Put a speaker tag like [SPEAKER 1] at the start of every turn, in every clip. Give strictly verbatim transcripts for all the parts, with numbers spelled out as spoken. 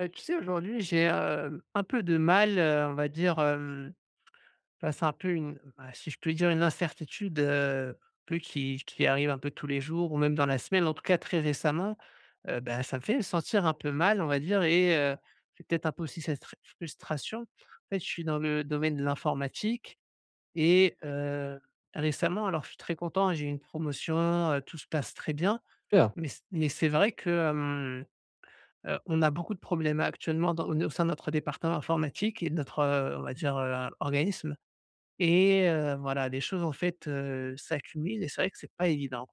[SPEAKER 1] Heu, tu sais, aujourd'hui, j'ai, hem, un peu de mal, heu, on va dire, hem, bah, c'est un peu une bah, si je peux dire une incertitude, heu, peu qui qui arrive un peu tous les jours ou même dans la semaine, en tout cas très récemment. Heu, bah, ça me fait sentir un peu mal, on va dire, et heu, c'est peut-être un peu aussi cette fr frustration. En fait, je suis dans le domaine de l'informatique et heu, récemment, alors je suis très content, j'ai eu une promotion, heu, tout se passe très bien,
[SPEAKER 2] Super.
[SPEAKER 1] mais c mais c'est vrai que. Heu, on a beaucoup de problèmes actuellement dans au au sein de notre département informatique et de notre, heu, on va dire, heu, organisme. Et heu, voilà, les choses en fait, heu, s'accumulent, et c'est vrai que c'est pas évident.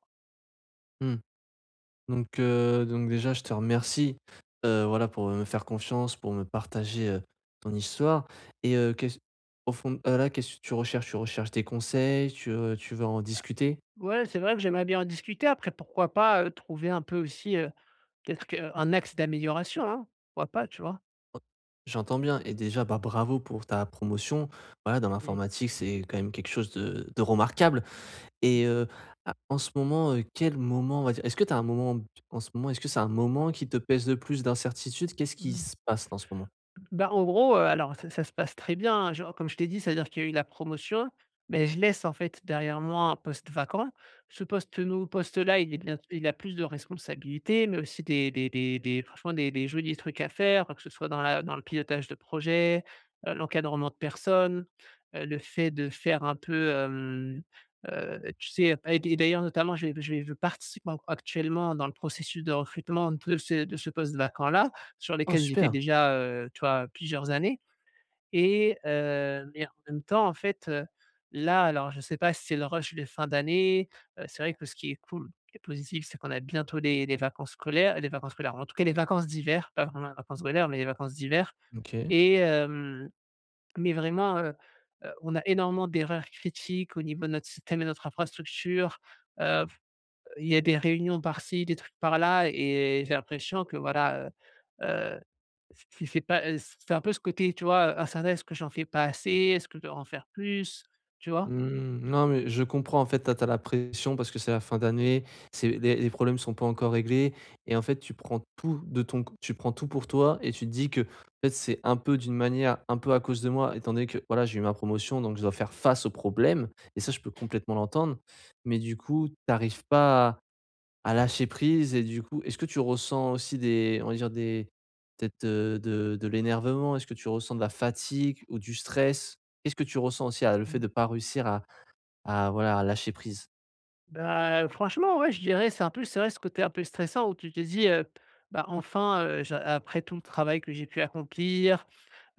[SPEAKER 2] Mmh. Donc, heu, donc déjà je te remercie, heu, voilà pour, euh, me faire confiance, pour me partager, heu, ton histoire et heu, qu'est-ce au fond, heu, là qu'est-ce que tu recherches? Tu recherches des conseils? Tu, heu, tu veux en discuter?
[SPEAKER 1] Ouais, c'est vrai que j'aimerais bien en discuter. Après, pourquoi pas, heu, trouver un peu aussi, heu, peut-être que- un axe d'amélioration, hein? Pourquoi pas, tu vois?
[SPEAKER 2] Oh, j'entends bien et déjà, bah, bravo pour ta promotion. Voilà, dans l'informatique, c'est quand même quelque chose de de remarquable et heu, a en ce moment, heu, quel moment on va dire est-ce que tu as un moment en ce moment, est-ce que c'est un moment qui te pèse le plus d'incertitude? Qu'est-ce qui
[SPEAKER 1] Mmh.
[SPEAKER 2] se passe en ce moment?
[SPEAKER 1] Bah, en gros, heu, alors ça ça se passe très bien, hein, genre comme je t'ai dit, c'est-à-dire qu'il y a eu la promotion, mais je laisse en fait derrière moi un poste vacant. Ce poste nou poste-là, il est bien, il a plus de responsabilités, mais aussi des des des des franchement des des jolis trucs à faire, que ce soit dans la dans le pilotage de projet, heu, l'encadrement de personnes, heu, le fait de faire un peu, hem, heu, tu sais? Et et d'ailleurs notamment, je vais- je vais- je participe en actuellement dans le processus de recrutement de ce de ce poste vacant-là, sur
[SPEAKER 2] Oh
[SPEAKER 1] lesquels j'étais
[SPEAKER 2] super!
[SPEAKER 1] déjà, heu, tu vois, plusieurs années. Et heu, mais en même temps, en fait, heu, là, alors je ne sais pas si c'est le rush de fin d'année. Heu, c'est vrai que ce qui est cool, qui est positif, c'est qu'on a bientôt les les vacances scolaires les vacances scolaires, en tout cas les vacances d'hiver, pas vraiment les vacances scolaires, mais les vacances d'hiver.
[SPEAKER 2] OK.
[SPEAKER 1] Et hem, mais vraiment, heu heu, on a énormément d'erreurs critiques au niveau de notre système et de notre infrastructure. heu, il y a des réunions par-ci, des trucs par-là, et j'ai l'impression que voilà, heu si c'est pas, heu, c'est un peu ce côté, tu vois, heu, «Ah ça va, est-ce que j'en fais pas assez? Est-ce que je devrais en faire plus?», tu vois?
[SPEAKER 2] Mmh, non, mais je comprends, en fait, t'as tu la pression parce que c'est la fin d'année, c'est les les problèmes sont pas encore réglés et en fait, tu prends tout de ton c tu prends tout pour toi et tu te dis que, en fait, c'est un peu d'une manière, un peu à cause de moi étant donné que, voilà, j'ai eu ma promotion donc je dois faire face aux problèmes et ça, je peux complètement l'entendre. Mais du coup, tu arrives pas à à lâcher prise et du coup, est-ce que tu ressens aussi des on va dire des peut-être, heu, de de l'énervement? Est-ce que tu ressens de la fatigue ou du stress? Qu'est-ce que tu ressens aussi à le fait de
[SPEAKER 1] Mmh.
[SPEAKER 2] ne pas réussir à à voilà, à lâcher prise.
[SPEAKER 1] Bah, franchement, ouais, je dirais, c'est un peu c'est vrai, ce côté un peu stressant où tu te dis, heu, bah, enfin, heu, j'a après tout le travail que j'ai pu accomplir,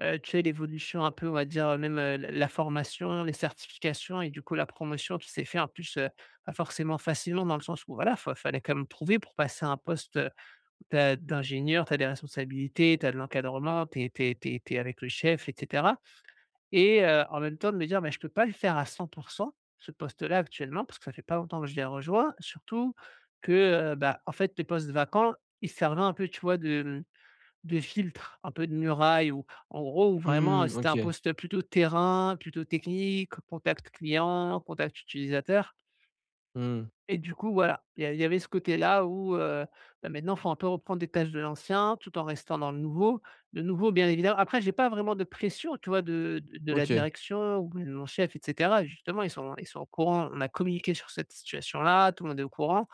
[SPEAKER 1] heu, tu sais, l'évolution un peu, on va dire, euh, même, heu, la la formation, les certifications, et du coup, la promotion qui s'est fait en plus, heu, pas forcément facilement dans le sens où voilà, fa fallait quand même prouver pour passer à un poste, heu, d'a d'ingénieur, tu as des responsabilités, tu as de l'encadrement, tu es tu avec le chef, etc. Et heu, en même temps de me dire: «Mais je peux pas le faire à cent ce poste-là actuellement, parce que ça fait pas longtemps que je l'ai rejoint». Surtout que, heu, bah, en fait, les postes vacants, ils servaient un peu, tu vois, de, mmh, de filtre, un peu de muraille, ou en gros, où vraiment,
[SPEAKER 2] Mmh,
[SPEAKER 1] c'était
[SPEAKER 2] OK.
[SPEAKER 1] un poste plutôt terrain, plutôt technique, contact client, contact utilisateur.
[SPEAKER 2] Mmh.
[SPEAKER 1] Et du coup, voilà, il y a il y avait ce côté-là où, heu, bah, maintenant, il faut un peu reprendre des tâches de l'ancien, tout en restant dans le nouveau. Le nouveau, bien évidemment après, j'ai pas vraiment de pression, tu vois, de de de la
[SPEAKER 2] OK.
[SPEAKER 1] direction ou de mon chef, et cetera. Justement, ils sont ils sont au courant. On a communiqué sur cette situation-là, tout le monde est au courant,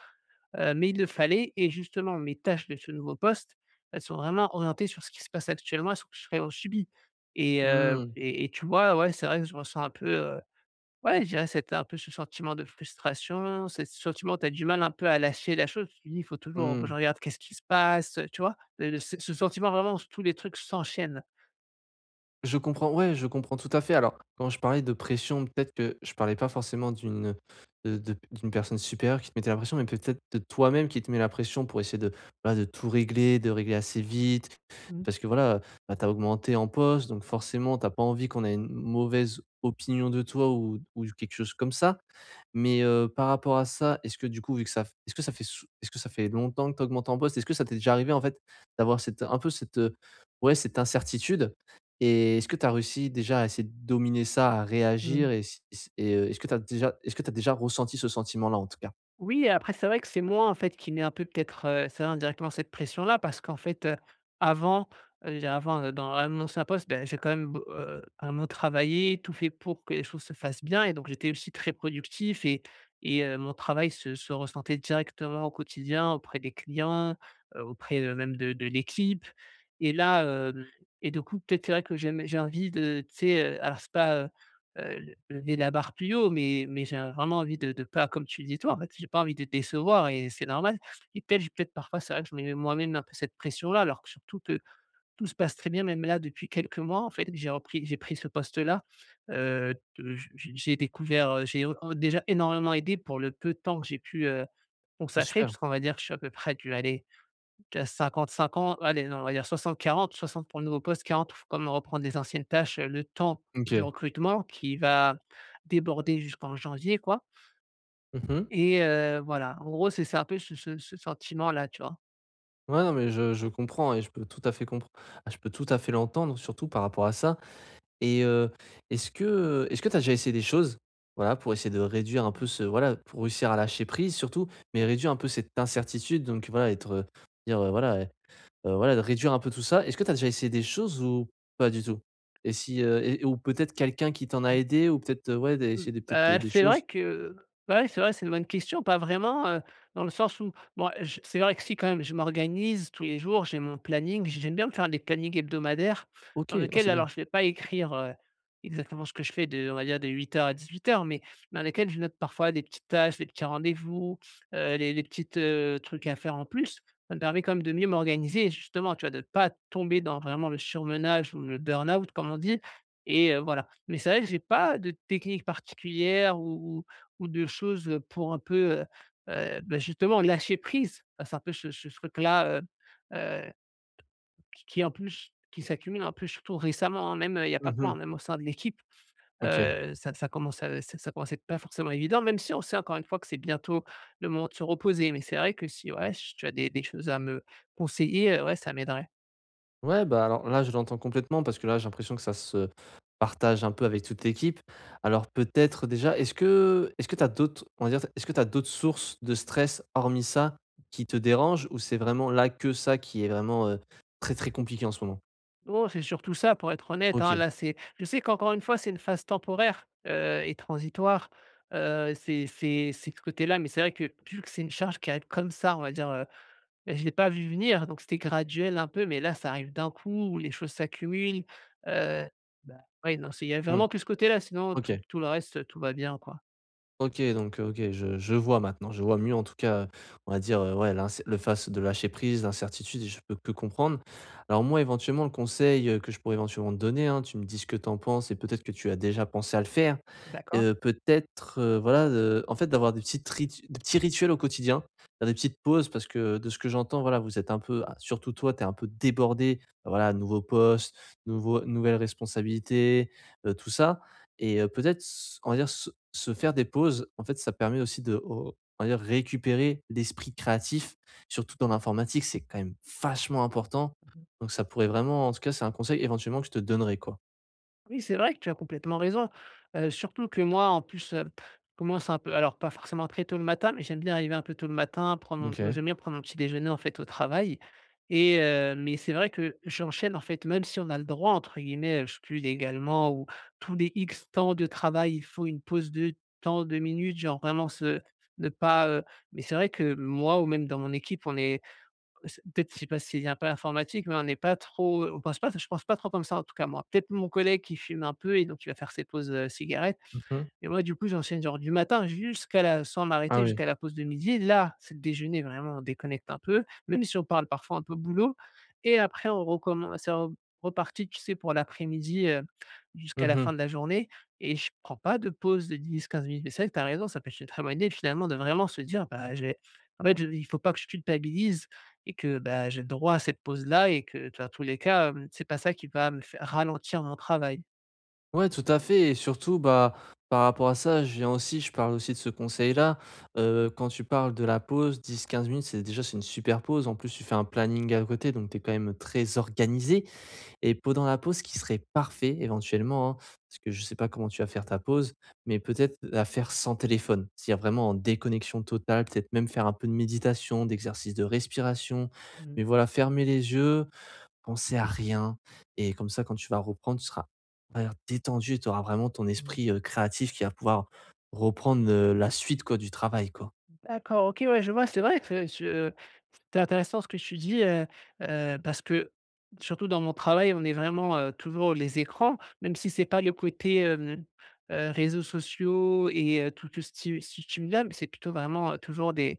[SPEAKER 1] heu, mais il le fallait. Et justement, mes tâches de ce nouveau poste, elles sont vraiment orientées sur ce qui se passe actuellement et sur ce que je subis. et heu
[SPEAKER 2] Mmh.
[SPEAKER 1] et et tu vois, ouais, c'est vrai que je me sens un peu, euh, ouais, je dirais c'était un peu ce sentiment de frustration. C'est ce sentiment où tu as du mal un peu à lâcher la chose. Tu dis: «Il faut toujours que
[SPEAKER 2] Mmh.
[SPEAKER 1] je regarde qu'est-ce qui se passe», tu vois? Heu, ce ce sentiment vraiment où tous les trucs s'enchaînent.
[SPEAKER 2] Je comprends, ouais, je comprends tout à fait. Alors, quand je parlais de pression, peut-être que je parlais pas forcément d'une de de d'une personne supérieure qui te mettait la pression, mais peut-être de toi-même qui te met la pression pour essayer de, voilà, de tout régler, de régler assez vite.
[SPEAKER 1] Mmh.
[SPEAKER 2] Parce que voilà, bah, tu as augmenté en poste, donc forcément, t'as pas envie qu'on ait une mauvaise opinion de toi ou, ou quelque chose comme ça. Mais euh, par rapport à ça, est-ce que du coup, vu que ça, est-ce que ça fait, sou- est-ce que ça fait longtemps que tu augmentes en poste, est-ce que ça t'est déjà arrivé en fait d'avoir cette, un peu cette, euh, ouais, cette incertitude et est-ce que tu as réussi déjà à essayer de dominer ça, à réagir
[SPEAKER 1] Mmh.
[SPEAKER 2] et si et heu, est-ce que tu as déjà est-ce que tu as déjà ressenti ce sentiment-là, en tout cas?
[SPEAKER 1] Oui, et après c'est vrai que c'est moi en fait qui mets un peu peut-être, heu, ça, indirectement, cette pression-là, parce qu'en fait, heu, avant, heu, j'ai avant, heu, dans mon ancien poste, ben j'ai quand même, b heu, vraiment travaillé, tout fait pour que les choses se fassent bien, et donc j'étais aussi très productif. Et et heu, mon travail se se ressentait directement au quotidien auprès des clients, heu, auprès, heu, même de de l'équipe. Et là, hem et du coup, peut-être c'est vrai que j'aime j'ai envie de tu sais, heu, alors c'est pas, heu, lever la barre plus haut, mais mais j'ai vraiment envie de de pas, comme tu dis toi, en fait, j'ai pas envie de décevoir, et c'est normal. Et peut-être peut-être parfois c'est vrai que je me mets moi-même un peu cette pression-là, alors que surtout que tout se passe très bien même là depuis quelques mois, en fait, que j'ai repris j'ai pris ce poste-là, heu, de j j'ai découvert, heu, j'ai, heu, déjà énormément aidé pour le peu de temps que j'ai pu, heu,
[SPEAKER 2] Ah
[SPEAKER 1] consacrer,
[SPEAKER 2] super,
[SPEAKER 1] puisqu'on va dire que je suis à peu près dû aller. Ca cinquante cinquante, allez, non, on va dire soixante quarante, soixante pour le nouveau poste, quarante pour comme reprendre les anciennes tâches, heu, le temps du
[SPEAKER 2] OK.
[SPEAKER 1] recrutement qui va déborder jusqu'en janvier, quoi.
[SPEAKER 2] Mmh.
[SPEAKER 1] Et heu, voilà, en gros, c'est c'est un peu ce ce ce sentiment-là, tu vois?
[SPEAKER 2] Ouais, non, mais je je comprends et je peux tout à fait comprendre. Je peux tout à fait l'entendre, surtout par rapport à ça et heu, est-ce que, est-ce que tu as déjà essayé des choses, voilà, pour essayer de réduire un peu
[SPEAKER 1] Mmh.
[SPEAKER 2] ce voilà, pour réussir à lâcher prise surtout, mais réduire un peu cette incertitude donc voilà, être, heu, dire, heu, voilà, Heu, voilà, de réduire un peu tout ça. Est-ce que tu as déjà essayé des choses ou pas du tout? Et si, heu et ou peut-être quelqu'un qui t'en a
[SPEAKER 1] Mmh.
[SPEAKER 2] aidé ou peut-être, heu, ouais,
[SPEAKER 1] Mmh,
[SPEAKER 2] d'essayer des peut-être, heu,
[SPEAKER 1] Bah,
[SPEAKER 2] des
[SPEAKER 1] c'est
[SPEAKER 2] choses?
[SPEAKER 1] vrai que ouais, c'est vrai, c'est une bonne question. Pas vraiment, heu, dans le sens où bon, je c'est vrai que si, quand même, je m'organise tous les jours, j'ai mon planning, j'aime bien me faire des plannings hebdomadaires
[SPEAKER 2] OK,
[SPEAKER 1] dans
[SPEAKER 2] oh, c'est
[SPEAKER 1] lesquels
[SPEAKER 2] bien.
[SPEAKER 1] alors je vais pas écrire, heu, exactement ce que je fais, de, on va dire, de huit heures à dix-huit heures, mais dans lesquels je note parfois des petites tâches, des petits rendez-vous, heu, les les petites, heu, trucs à faire en plus. Ça me permet quand même de mieux m'organiser, et justement, tu vois, de pas tomber dans vraiment le surmenage ou le burn-out comme on dit. Et heu, voilà. Mais c'est vrai que j'ai pas de technique particulière, ou ou ou de choses, pour un peu, heu heu, bah, justement lâcher prise. Bah, c'est un peu ce ce truc-là, heu heu, qui qui en plus qui s'accumule un peu surtout récemment, hein, même, heu, il y a pas que moi,
[SPEAKER 2] Mmh.
[SPEAKER 1] même au sein de l'équipe,
[SPEAKER 2] OK.
[SPEAKER 1] heu, ça ça commence à ça ça commence à être pas forcément évident, même si on sait encore une fois que c'est bientôt le moment de se reposer. Mais c'est vrai que si ouais, si tu as des des choses à me conseiller, heu, ouais, ça m'aiderait.
[SPEAKER 2] Ouais, bah, alors là, je l'entends complètement parce que là, j'ai l'impression que ça se partage un peu avec toute l'équipe. Alors peut-être déjà, est-ce que est-ce que tu as d'autres on va dire, est-ce que tu as d'autres sources de stress hormis ça qui te dérangent ou c'est vraiment là que ça qui est vraiment, heu, très, très compliqué en ce moment?
[SPEAKER 1] Non, c'est surtout ça, pour être honnête, hein.
[SPEAKER 2] OK.
[SPEAKER 1] Là, c'est je sais qu'encore une fois, c'est une phase temporaire, heu et transitoire. heu, c'est c'est c'est de ce côté-là, mais c'est vrai que vu que c'est une charge qui arrive comme ça, on va dire, heu, bah, je ne l'ai pas vu venir, donc c'était graduel un peu, mais là, ça arrive d'un coup, les choses s'accumulent, heu oui, non, c'est il y a
[SPEAKER 2] Mmh.
[SPEAKER 1] vraiment que ce côté-là, sinon tout
[SPEAKER 2] OK.
[SPEAKER 1] tout le reste, tout va bien, quoi.
[SPEAKER 2] OK, donc heu, OK, je je vois maintenant, je vois mieux en tout cas, heu, on va dire, heu, ouais, l'incer le face de lâcher prise, l'incertitude et je peux que comprendre. Alors moi, éventuellement, le conseil, heu, que je pourrais éventuellement te donner, hein, tu me dis ce que tu en penses et peut-être que tu as déjà pensé à le faire,
[SPEAKER 1] D'accord.
[SPEAKER 2] heu, peut-être, heu, voilà, heu, en fait, d'avoir des petites ritu des petits rituels au quotidien, faire des petites pauses parce que de ce que j'entends, voilà, vous êtes un peu ah, surtout toi, tu es un peu débordé, voilà, nouveau poste, nouveau nouvelles responsabilités, heu, tout ça. Et heu, peut-être s on va dire se se faire des pauses, en fait, ça permet aussi de o on va dire récupérer l'esprit créatif, surtout dans l'informatique, c'est quand même vachement important. Donc ça pourrait vraiment en tout cas, c'est un conseil éventuellement que je te donnerais, quoi.
[SPEAKER 1] Oui, c'est vrai que tu as complètement raison. Heu, surtout que moi, en plus, heu, je commence un peu, alors pas forcément très tôt le matin, mais j'aime bien arriver un peu tôt le matin, prendre mon
[SPEAKER 2] OK.
[SPEAKER 1] j'aime bien prendre mon petit déjeuner, en fait, au travail. Et heu, mais c'est vrai que j'enchaîne, en fait, même si on a le droit, entre guillemets, je suis légalement ou tous les X temps de travail, il faut une pause de temps de minutes, genre vraiment se ne pas, heu mais c'est vrai que moi ou même dans mon équipe, on est c'est peut-être, je sais pas s'il y a un peu informatique, mais on n'est pas trop, on pense pas je pense pas trop comme ça, en tout cas moi. Peut-être mon collègue qui fume un peu, et donc il va faire ses pauses, heu, cigarettes.
[SPEAKER 2] Mmh.
[SPEAKER 1] Et moi, du coup, j'enchaîne genre du matin, jusqu'à la sans
[SPEAKER 2] Ah
[SPEAKER 1] m'arrêter
[SPEAKER 2] oui.
[SPEAKER 1] jusqu'à la pause de midi. Là, c'est le déjeuner, vraiment, on déconnecte un peu, même si on parle parfois un peu boulot, et après on recommen c'est re reparti, tu sais, pour l'après-midi, heu, jusqu'à la fin
[SPEAKER 2] Mmh.
[SPEAKER 1] de la journée, et je prends pas de pause de dix quinze minutes. Mais c'est vrai que tu as raison, ça peut être une très bonne idée, finalement, de vraiment se dire: «Bah, j'ai», en fait, je il faut pas que je culpabilise, et que, bah, j'ai le droit à cette pause-là, et que dans tous les cas, hem, c'est pas ça qui va me fai ralentir mon travail.
[SPEAKER 2] Ouais, tout à fait et surtout, bah, par rapport à ça, je viens aussi je parle aussi de ce conseil-là. Heu, quand tu parles de la pause dix quinze minutes, c'est déjà c'est une super pause. En plus, tu fais un planning à côté, donc tu es quand même très organisé. Et pendant la pause, ce qui serait parfait éventuellement, hein, parce que je sais pas comment tu vas faire ta pause, mais peut-être la faire sans téléphone. C'est-à-dire vraiment en déconnexion totale, peut-être même faire un peu de méditation, d'exercice de respiration.
[SPEAKER 1] Mmh.
[SPEAKER 2] Mais voilà, fermer les yeux, penser à rien. Et comme ça, quand tu vas reprendre, tu seras on va dire, détendu, tu auras vraiment ton esprit euh, créatif qui va pouvoir reprendre euh, la suite quoi, du travail. Quoi.
[SPEAKER 1] D'accord, OK, ouais, je vois. C'est vrai que je euh, c'est intéressant ce que tu dis, heu heu, parce que surtout dans mon travail, on est vraiment, heu, toujours les écrans, même si c'est pas le côté, hem, heu, réseaux sociaux, et heu, tout tout ce sti stimulant, mais c'est plutôt vraiment, heu, toujours des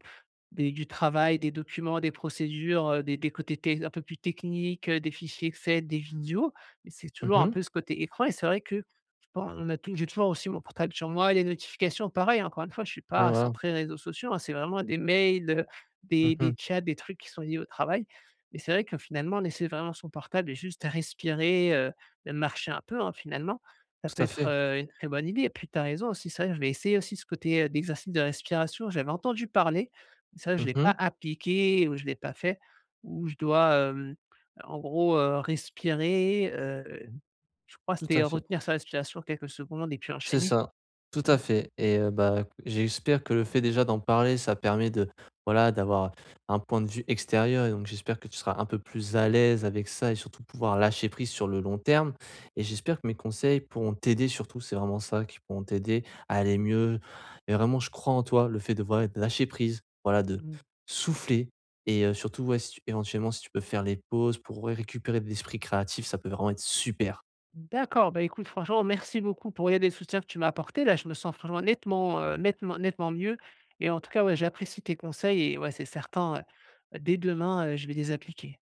[SPEAKER 1] des du travail, des documents, des procédures, heu, des des côtés, tec un peu plus techniques, heu, des fichiers Excel, des vidéos, mais c'est toujours un
[SPEAKER 2] Mhm.
[SPEAKER 1] peu ce côté écran, et c'est vrai que je pen on a tou j'ai toujours aussi mon portable sur moi, les notifications pareil, hein, encore une fois, je ne suis
[SPEAKER 2] Ouais,
[SPEAKER 1] pas
[SPEAKER 2] voilà.
[SPEAKER 1] centré réseaux sociaux, hein, c'est vraiment des mails, heu, des
[SPEAKER 2] Mhm.
[SPEAKER 1] des chats, des trucs qui sont liés au travail, mais c'est vrai que finalement, laisser vraiment son portable et juste respirer, heu, même marcher un peu, hein, finalement, ça
[SPEAKER 2] Tout
[SPEAKER 1] peut
[SPEAKER 2] à
[SPEAKER 1] être,
[SPEAKER 2] fait.
[SPEAKER 1] heu, une très bonne idée. Et puis tu as raison aussi, c'est vrai, je vais essayer aussi ce côté, heu, d'exercice de respiration, j'avais entendu parler ça, je l'ai pas
[SPEAKER 2] Mhm.
[SPEAKER 1] appliqué ou je l'ai pas fait, où je dois, hem, en gros, heu, respirer, heu, je crois
[SPEAKER 2] Tout
[SPEAKER 1] c'était
[SPEAKER 2] à fait.
[SPEAKER 1] retenir sa respiration quelques secondes et puis
[SPEAKER 2] C'est
[SPEAKER 1] enchaîner.
[SPEAKER 2] ça, tout
[SPEAKER 1] Mmh.
[SPEAKER 2] à fait et heu, bah, écou- j'espère que le fait déjà d'en parler, ça permet de voilà, d'avoir un point de vue extérieur et donc j'espère que tu seras un peu plus à l'aise avec ça et surtout pouvoir lâcher prise sur le long terme et j'espère que mes conseils pourront t'aider surtout, c'est vraiment ça, qui pourront t'aider à aller mieux et vraiment je crois en toi, le fait de voilà, de lâcher prise, voilà, de
[SPEAKER 1] Mmh.
[SPEAKER 2] souffler et heu, surtout, ouais, si tu éventuellement, si tu peux faire les pauses pour récupérer de l'esprit créatif, ça peut vraiment être super.
[SPEAKER 1] D'accord, bah, écoute, franchement, merci beaucoup pour l'aide et le soutien que tu m'as apporté. Là, je me sens franchement nettement, heu, nettement nettement mieux, et en tout cas, ouais, j'apprécie tes conseils, et ouais, c'est certain, heu, dès demain, heu, je vais les appliquer.